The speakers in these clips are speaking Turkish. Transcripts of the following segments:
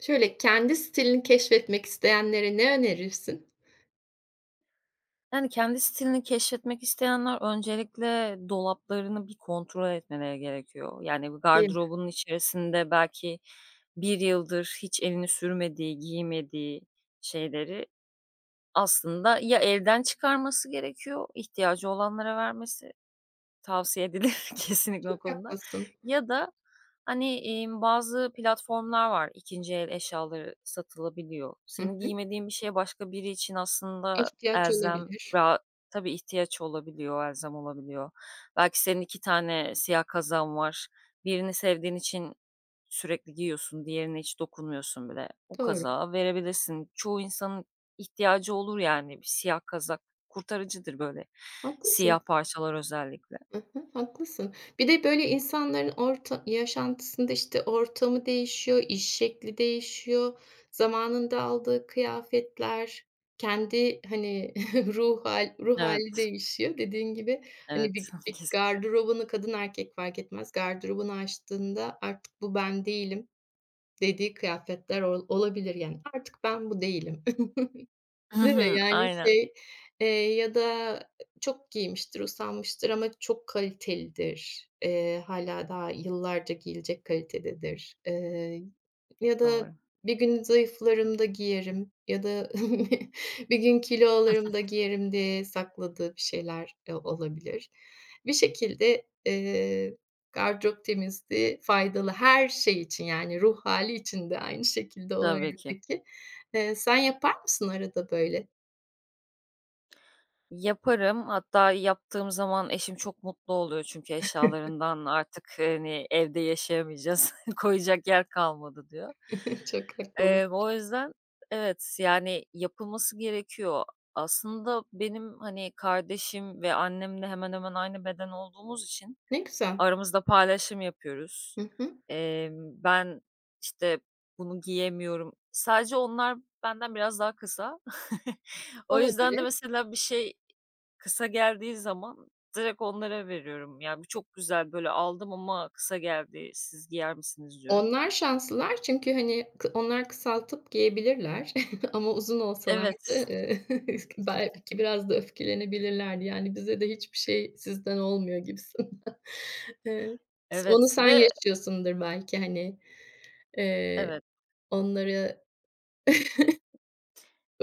Şöyle, kendi stilini keşfetmek isteyenlere ne önerirsin? Yani, kendi stilini keşfetmek isteyenler öncelikle dolaplarını bir kontrol etmeleri gerekiyor. Yani, bu Değil mi? gardırobunun içerisinde belki bir yıldır hiç elini sürmediği, giymediği şeyleri aslında ya elden çıkarması gerekiyor, ihtiyacı olanlara vermesi tavsiye edilir kesinlikle o Çok konuda. haklısın. Ya da, bazı platformlar var, 2'nci el eşyaları satılabiliyor. Hı Senin hı. giymediğin bir şeye başka biri için aslında İhtiyaç elzem olabilir. ra tabii ihtiyaç olabiliyor, elzem olabiliyor. Belki senin 2 tane siyah kazan var. Birini sevdiğin için sürekli giyiyorsun, diğerine hiç dokunmuyorsun bile. O Doğru. kazağı verebilirsin. Çoğu insanın ihtiyacı olur, yani bir siyah kazak kurtarıcıdır, böyle Haklısın. siyah parçalar özellikle. Hı hı, haklısın. Bir de, böyle, insanların orta yaşantısında, işte, ortamı değişiyor, iş şekli değişiyor, zamanında aldığı kıyafetler, kendi, hani, ruh hali Evet, değişiyor. Dediğin gibi, evet. hani, bir bir Kesin. gardırobunu kadın erkek fark etmez, gardırobunu açtığında artık bu ben değilim. Dediği kıyafetler olabilir yani. Artık ben bu değilim. Hı Değil mi? hı, Yani, aynen. Eee, ya da çok giymiştir, usanmıştır ama çok kalitelidir. Hâlâ daha yıllarca giyilecek kalitededir. Ya da Doğru. bir gün zayıflarım da giyerim ya da bir gün kilo alırım da giyerim diye sakladığı bir şeyler, olabilir. Bir şekilde, gardırop temizliği faydalı her şey için, yani ruh hâli için de aynı şekilde o Tabii ki. evdeki. Sen yapar mısın arada böyle? Yaparım. Hatta yaptığım zaman eşim çok mutlu oluyor, çünkü eşyalarından artık, hani, "Evde yaşayamayacağız, koyacak yer kalmadı." diyor. Çok haklı O yüzden evet, yani, yapılması gerekiyor. Aslında benim, hani, kardeşim ve annemle hemen hemen aynı beden olduğumuz için ne güzel. aramızda paylaşım yapıyoruz. Hı hı. Ben, işte, "Bunu giyemiyorum." Sadece onlar benden biraz daha kısa. O yüzden de Olabilir. mesela bir şey kısa geldiği zaman direkt onlara veriyorum. Yani bu çok güzel, böyle, aldım ama kısa geldi. Siz giyer misiniz?" diyorum. Onlar şanslılar çünkü, hani, onlar kısaltıp giyebilirler ama uzun olsalardı, Evet, belki biraz da öfkelenebilirlerdi. Yani, bize de hiçbir şey sizden olmuyor gibisin. Eee, onu evet sen ve yaşıyorsundur belki, hani, eee, evet. onlara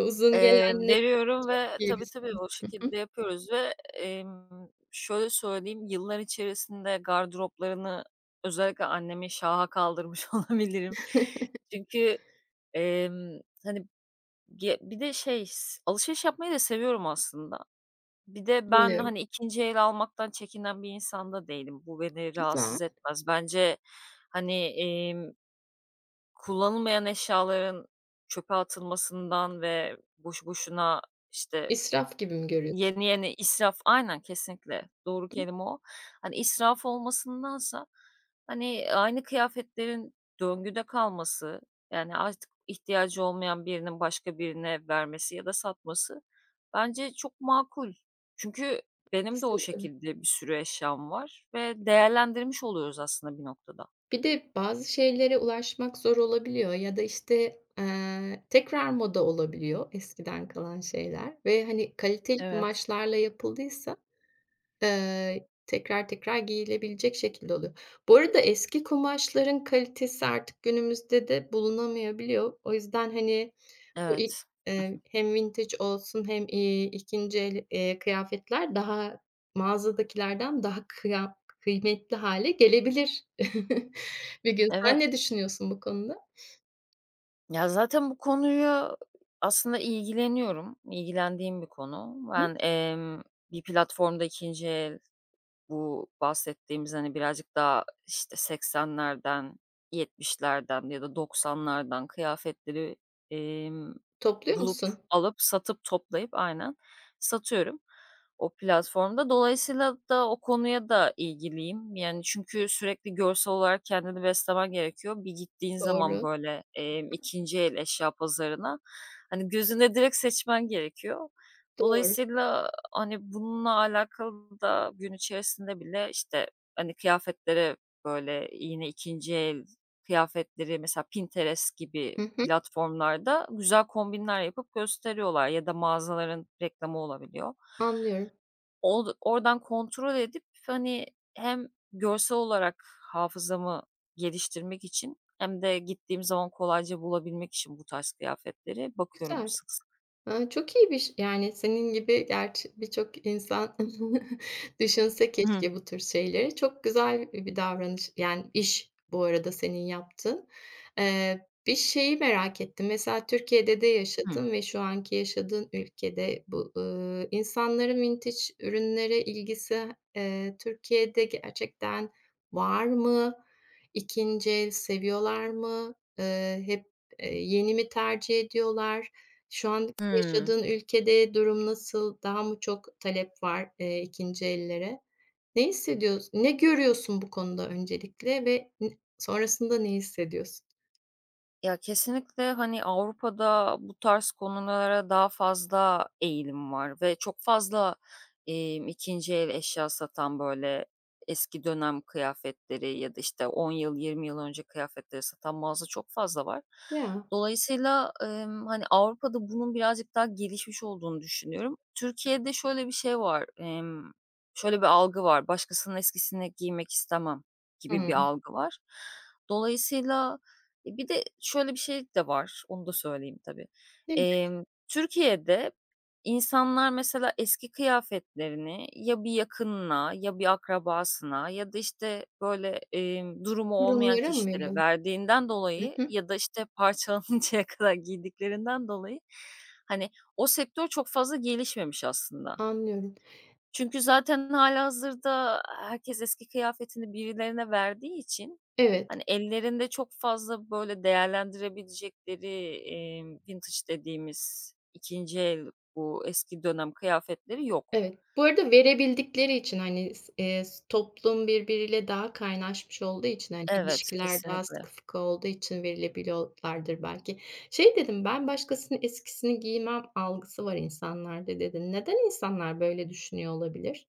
uzun gelen ne Veriyorum ve tabii, giymişsin? tabii o Hı, şekilde yapıyoruz ve, şöyle söyleyeyim, yıllar içerisinde gardıroplarını özellikle annemi şaha kaldırmış olabilirim. Çünkü, emm, hani, ge bir de şey, s alışveriş yapmayı da seviyorum aslında. Bir de ben, anlıyorum. hani, ikinci el almaktan çekinen bir insan da değilim. Bu beni Güzel. rahatsız etmez. Bence, hani, emm, kullanılmayan eşyaların çöpe atılmasından ve boşu boşuna, işte İsraf gibi mi görüyorsun? yeni yeni israf aynen, kesinlikle. Doğru kelime o. Hani, israf olmasındansa, hani, aynı kıyafetlerin döngüde kalması, yani, artık ihtiyacı olmayan birinin başka birine vermesi ya da satması bence çok makul. Çünkü benim de o Haklısın tabii. şekilde bir sürü eşyam var ve değerlendirmiş oluyoruz aslında bir noktada. Bir de bazı şeylere ulaşmak zor olabiliyor ya da, işte, tekrar moda olabiliyor eskiden kalan şeyler ve, hani, kaliteli Evet. kumaşlarla yapıldıysa tekrar tekrar giyilebilecek şekilde oluyor. Bu arada eski kumaşların kalitesi artık günümüzde de bulunamayabiliyor. O yüzden, hani, bu ilk, Evet. eee, hem vintage olsun hem, 2'nci el kıyafetler daha mağazadakilerden daha kıymetli hâle gelebilir bir gün. Evet. Sen ne düşünüyorsun bu konuda? Ya, zaten bu konuyu aslında ilgileniyorum, ilgilendiğim bir konu. Hı? Bir platformda ikinci el bu bahsettiğimiz, hani, birazcık daha, işte, 80'lerden, 70'lerden ya da 90'lardan kıyafetleri, emm, Topluyor bulup, musun? alıp, satıp, toplayıp aynen, satıyorum o platformda. Dolayısıyla da o konuya da ilgiliyim. Yani, çünkü sürekli görsel olarak kendini beslemen gerekiyor. Bir gittiğin zaman, Doğru, böyle, 2'nci el eşya pazarına, hani, gözünde direkt seçmen gerekiyor. doğru. Dolayısıyla hani, bununla alakalı da gün içerisinde bile, işte, hani, kıyafetlere, böyle, yine ikinci el kıyafetleri mesela Pinterest gibi Hı hı, platformlarda güzel kombinler yapıp gösteriyorlar ya da mağazaların reklamı olabiliyor. anlıyorum. Od oradan kontrol edip, hani, hem görsel olarak hafızamı geliştirmek için hem de gittiğim zaman kolayca bulabilmek için bu tarz kıyafetleri bakıyorum Güzel. sık sık. Aaa, çok iyiymiş. Yani, senin gibi gerçi birçok insan düşünse Hı keşke bu tür şeyleri. Çok güzel bir davranış, yani, iş bu arada senin yaptığın. Bir şeyi merak ettim. Mesela Türkiye'de de hı. yaşadın ve şu anki yaşadığın ülkede bu, insanların vintage ürünlere ilgisi, Türkiye'de gerçekten var mı? 2'nci el seviyorlar mı? Eee, hep, yeni mi tercih ediyorlar? Şu an Hıı. yaşadığın ülkede durum nasıl? Daha mı çok talep var 2'nci ellere? Ne hissediyorsun? Ne görüyorsun bu konuda öncelikle ve sonrasında ne hissediyorsun? Ya, kesinlikle, hani, Avrupa'da bu tarz konulara daha fazla eğilim var ve çok fazla, 2'nci el eşya satan, böyle, eski dönem kıyafetleri ya da, işte, 10 yıl, 20 yıl önce kıyafetleri satan mağaza çok fazla var. Ya. Dolayısıyla, hani, Avrupa'da bunun birazcık daha gelişmiş olduğunu düşünüyorum. Türkiye'de şöyle bir şey var, şöyle bir algı var: "Başkasının eskisini giymek istemem." gibi bir Hı. algı var. Dolayısıyla, e, bir de şöyle bir şey de var, onu da söyleyeyim tabii. Ne? Türkiye'de insanlar mesela eski kıyafetlerini ya bir yakınına ya bir akrabasına ya da, işte, böyle, durumu olmayan Kurumlara mı kişilere veriyorsun? verdiğinden Hı dolayı hı, ya da, işte, parçalanıncaya kadar giydiklerinden dolayı, hani, o sektör çok fazla gelişmemiş aslında. anlıyorum. Çünkü zaten hâlihazırda herkes eski kıyafetini birilerine verdiği için, Evet. hani, ellerinde çok fazla böyle değerlendirebilecekleri, vintage dediğimiz ikinci el bu eski dönem kıyafetleri yok. Evet. Bu arada verebildikleri için, hani, s s toplum birbiriyle daha kaynaşmış olduğu için, hani, Evet, ilişkiler daha kesinlikle. sıkı fıkı olduğu için verilebiliyorlardır belki. Şey dedim, "Ben başkasının eskisini giymem algısı var insanlarda." dedin. Neden insanlar böyle düşünüyor olabilir?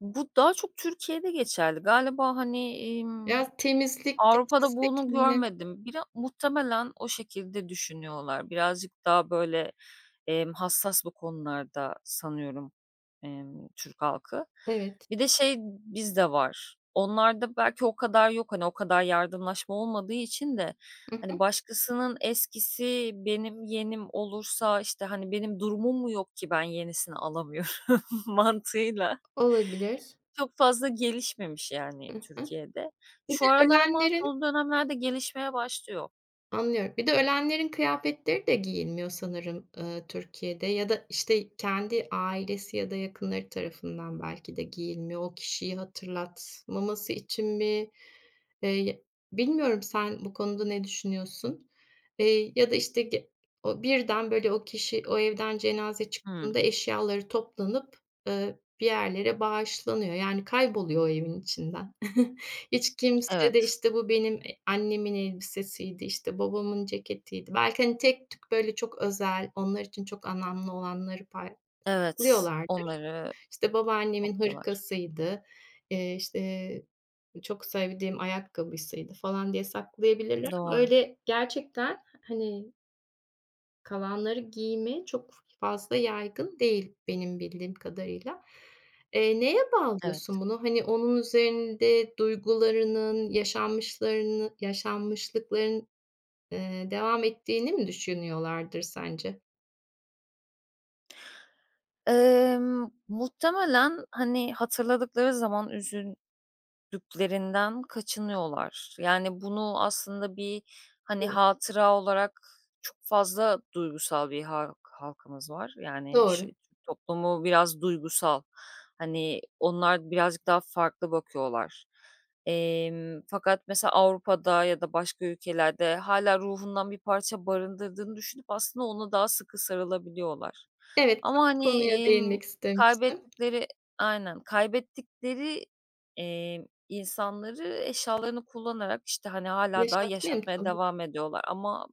Bu daha çok Türkiye'de geçerli. Galiba, hani, Biraz temizlik, Avrupa'da bunu titizlik mi? görmedim. Bira muhtemelen o şekilde düşünüyorlar. Birazcık daha böyle, hassas bu konularda sanıyorum, Türk halkı. Evet. Bir de şey bizde var. Onlarda belki o kadar yok, hani, o kadar yardımlaşma olmadığı için de, Hı hani, hı. başkasının eskisi benim yenim olursa, işte, hani, benim durumum mu yok ki ben yenisini alamıyorum mantığıyla Olabilir. çok fazla gelişmemiş yani Hı hı. Türkiye'de. Bir Şu de aralar ama ölenlerin son dönemlerde gelişmeye başlıyor. Anlıyorum. Bir de ölenlerin kıyafetleri de giyilmiyor sanırım, Türkiye'de ya da, işte, kendi ailesi ya da yakınları tarafından belki de giyilmiyor. O kişiyi hatırlatmaması için mi? Eee, bilmiyorum, sen bu konuda ne düşünüyorsun? Ya da, işte, o birden, böyle, o kişi o evden cenaze Hımm. çıktığında eşyaları toplanıp bir yerlere bağışlanıyor. Yani kayboluyor o evin içinden. Hiç kimse de, Evet, işte, bu benim annemin elbisesiydi, işte, babamın ceketiydi. Belki, hani, tek tük, böyle, çok özel, onlar için çok anlamlı olanları evet. saklıyorlardır. Onları İşte, babaannemin topluyorlar. hırkasıydı, işte, çok sevdiğim ayakkabısıydı falan diye saklayabilirler ama Doğru, öyle gerçekten, hani, kalanları giyme çok fazla yaygın değil benim bildiğim kadarıyla. Neye evet. bağlıyorsun bunu? Hani, onun üzerinde yaşanmışlıkların devam ettiğini mi düşünüyorlardır sence? Muhtemelen, hani, hatırladıkları zaman üzül düklerinden kaçınıyorlar. Yani, bunu aslında bir, hani, Evet. hatıra olarak çok fazla duygusal bir halkımız var. Yani, ş Doğru. Türk toplumu biraz duygusal. Hani, onlar birazcık daha farklı bakıyorlar. Fakat mesela Avrupa'da ya da başka ülkelerde hala ruhundan bir parça barındırdığını düşünüp aslında ona daha sıkı sarılabiliyorlar. Evet, Ama, tam o hani, konuya değinmek istemiştim. kaybettikleri aynen, kaybettikleri, İnsanları eşyalarını kullanarak, işte, hani, hâlâ daha Yaşatmaya mı yaşatmaya çalışıyorsun? devam ediyorlar ama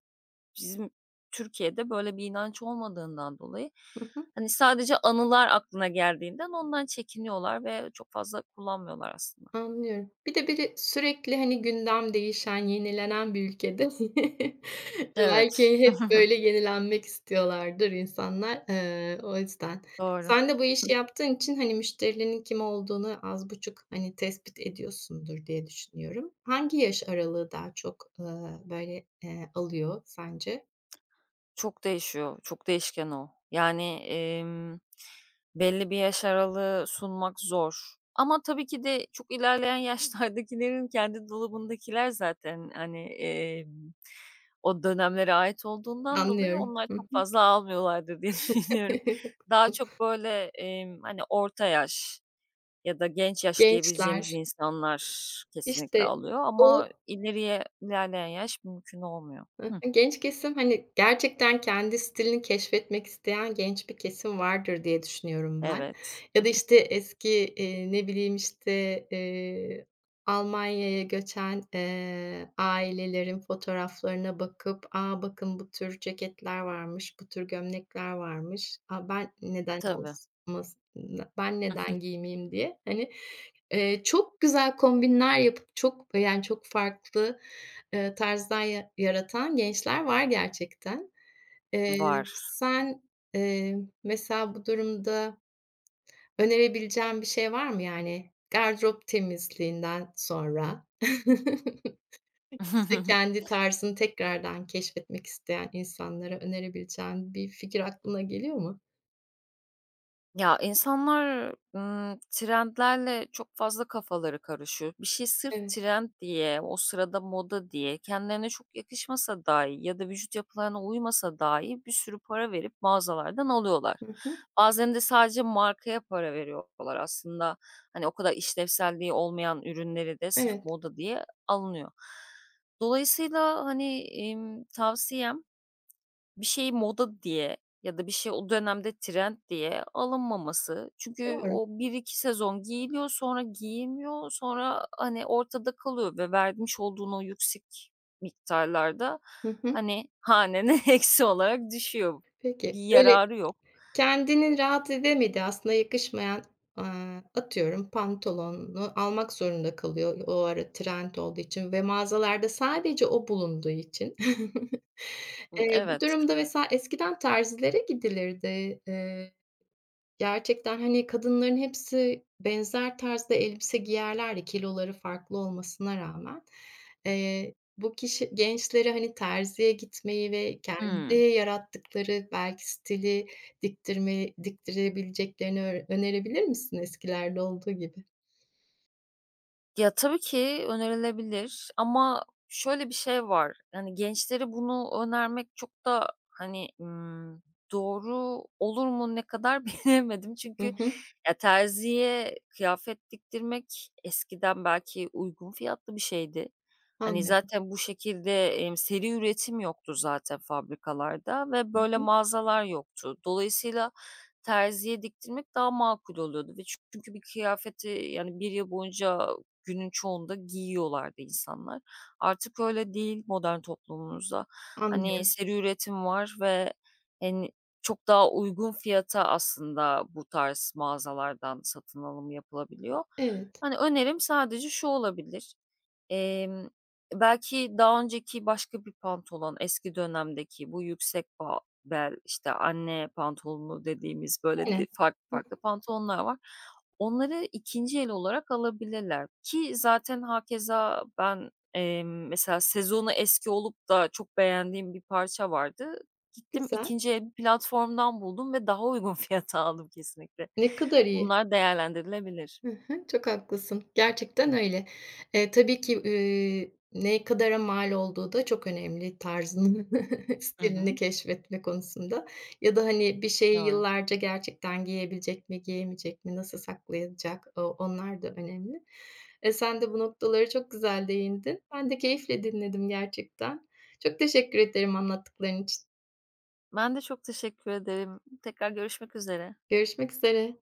bizim Türkiye'de böyle bir inanç olmadığından dolayı, Hı hı, hani, sadece anılar aklına geldiğinden ondan çekiniyorlar ve çok fazla kullanmıyorlar aslında. anlıyorum. Bir de biri sürekli, hani, gündem değişen, yenilenen bir ülkede Evet. belki hep böyle yenilenmek istiyorlardır insanlar. O yüzden. Doğru. Sen de bu işi yaptığın için, hani, müşterilerin kim olduğunu az buçuk, hani, tespit ediyorsundur diye düşünüyorum. Hangi yaş aralığı daha çok, alıyor sence? Çok değişiyor, çok değişken o. Yani, belli bir yaş aralığı sunmak zor ama tabii ki de çok ilerleyen yaşlardakilerin kendi dolabındakiler zaten, hani, o dönemlere ait olduğundan dolayı Anlıyorum. onlar Hı çok hı. fazla almıyorlardır diye düşünüyorum. Daha çok böyle, hani, orta yaş ya da genç yaş diyebileceğimiz Gençler. insanlar kesinlikle İşte alıyor o ama ileriye ilerleyen yaş mümkün olmuyor. Hı Hıh. hı. Genç kesim, hani, gerçekten kendi stilini keşfetmek isteyen genç bir kesim vardır diye düşünüyorum ben. Evet, Ya da, işte, ne bileyim, işte, eee, Almanya'ya göçen ailelerin fotoğraflarına bakıp, "Aa, bakın, bu tür ceketler varmış, bu tür gömlekler varmış. A, tabii, ben neden giymeyeyim?" diye, hani, çok güzel kombinler yapıp çok, yani, çok farklı tarzlar yaratan gençler var gerçekten. Eee, var. sen, eee, mesela bu durumda önerebileceğin bir şey var mı? Yani gardırop temizliğinden sonra, işte, kendi tarzını tekrardan keşfetmek isteyen insanlara önerebileceğin bir fikir aklına geliyor mu? Ya, insanlar, trendlerle çok fazla kafaları karışıyor. Bir şey sırf Evet. trend diye, o sırada moda diye, kendilerine çok yakışmasa dahi ya da vücut yapılarına uymasa dahi bir sürü para verip mağazalardan alıyorlar. Hı hı. Bazen de sadece markaya para veriyorlar aslında. Hani, o kadar işlevselliği olmayan ürünleri de sırf Evet, moda diye alınıyor. Dolayısıyla, tavsiyem bir şey moda diye ya da bir şey o dönemde trend diye alınmaması. Çünkü doğru. o bir iki sezon giyiliyor, sonra giyilmiyor, sonra, hani, ortada kalıyor ve vermiş olduğun o yüksek miktarlarda, Hı hı. hani, hanene eksi olarak düşüyor. Peki, Bir öyle. yararı yok. Kendini rahat edemedi aslında, yakışmayan, aaa, atıyorum, pantolonunu almak zorunda kalıyor o ara trend olduğu için ve mağazalarda sadece o bulunduğu için. Bu Evet. durumda mesela eskiden terzilere gidilirdi. Gerçekten, hani, kadınların hepsi benzer tarzda elbise giyerlerdi kiloları farklı olmasına rağmen. Bu kişi gençleri, hani, terziye gitmeyi ve kendi Hıı. yarattıkları belki stili diktirebileceklerini önerebilir misin eskilerde olduğu gibi? Ya, tabii ki önerilebilir ama şöyle bir şey var, yani, gençlere bunu önermek çok da, doğru olur mu ne kadar bilemedim. Hı Çünkü hı. ya, terziye kıyafet diktirmek eskiden belki uygun fiyatlı bir şeydi. Hani, Anlıyorum. zaten bu şekilde, seri üretim yoktu zaten fabrikalarda ve Hı böyle hı. mağazalar yoktu. Dolayısıyla terziye diktirmek daha makul oluyordu ve çünkü bir kıyafeti, yani, bir yıl boyunca günün çoğunda giyiyorlardı insanlar. Artık öyle değil modern toplumumuzda. Hani Anlıyorum. seri üretim var ve hani çok daha uygun fiyata aslında bu tarz mağazalardan satın alım yapılabiliyor. Evet. Hani önerim sadece şu olabilir. Emm, Belki daha önceki başka bir pantolon, eski dönemdeki bu yüksek ba bel, işte, anne pantolonu dediğimiz böyle di Aynen. farklı Hı hı. farklı pantolonlar var. Onları ikinci el olarak alabilirler ki zaten hakeza ben, mesela sezonu eski olup da çok beğendiğim bir parça vardı. Gittim Güzel. ikinci el bir platformdan buldum ve daha uygun fiyata aldım kesinlikle. Ne kadar iyi. Bunlar değerlendirilebilir. Hı hı, çok haklısın. Gerçekten öyle. Tabii ki, ne kadara mal olduğu da çok önemli tarzını, Hı stilini hı. keşfetme konusunda ya da, hani, bir şeyi Doğru. yıllarca gerçekten giyebilecek mi, giyemeyecek mi, nasıl saklayacak, onlar da önemli. E, sen de bu noktaları çok güzel değindin. Ben de keyifle dinledim gerçekten. Çok teşekkür ederim anlattıkların için. Ben de çok teşekkür ederim. Tekrar görüşmek üzere. Görüşmek üzere.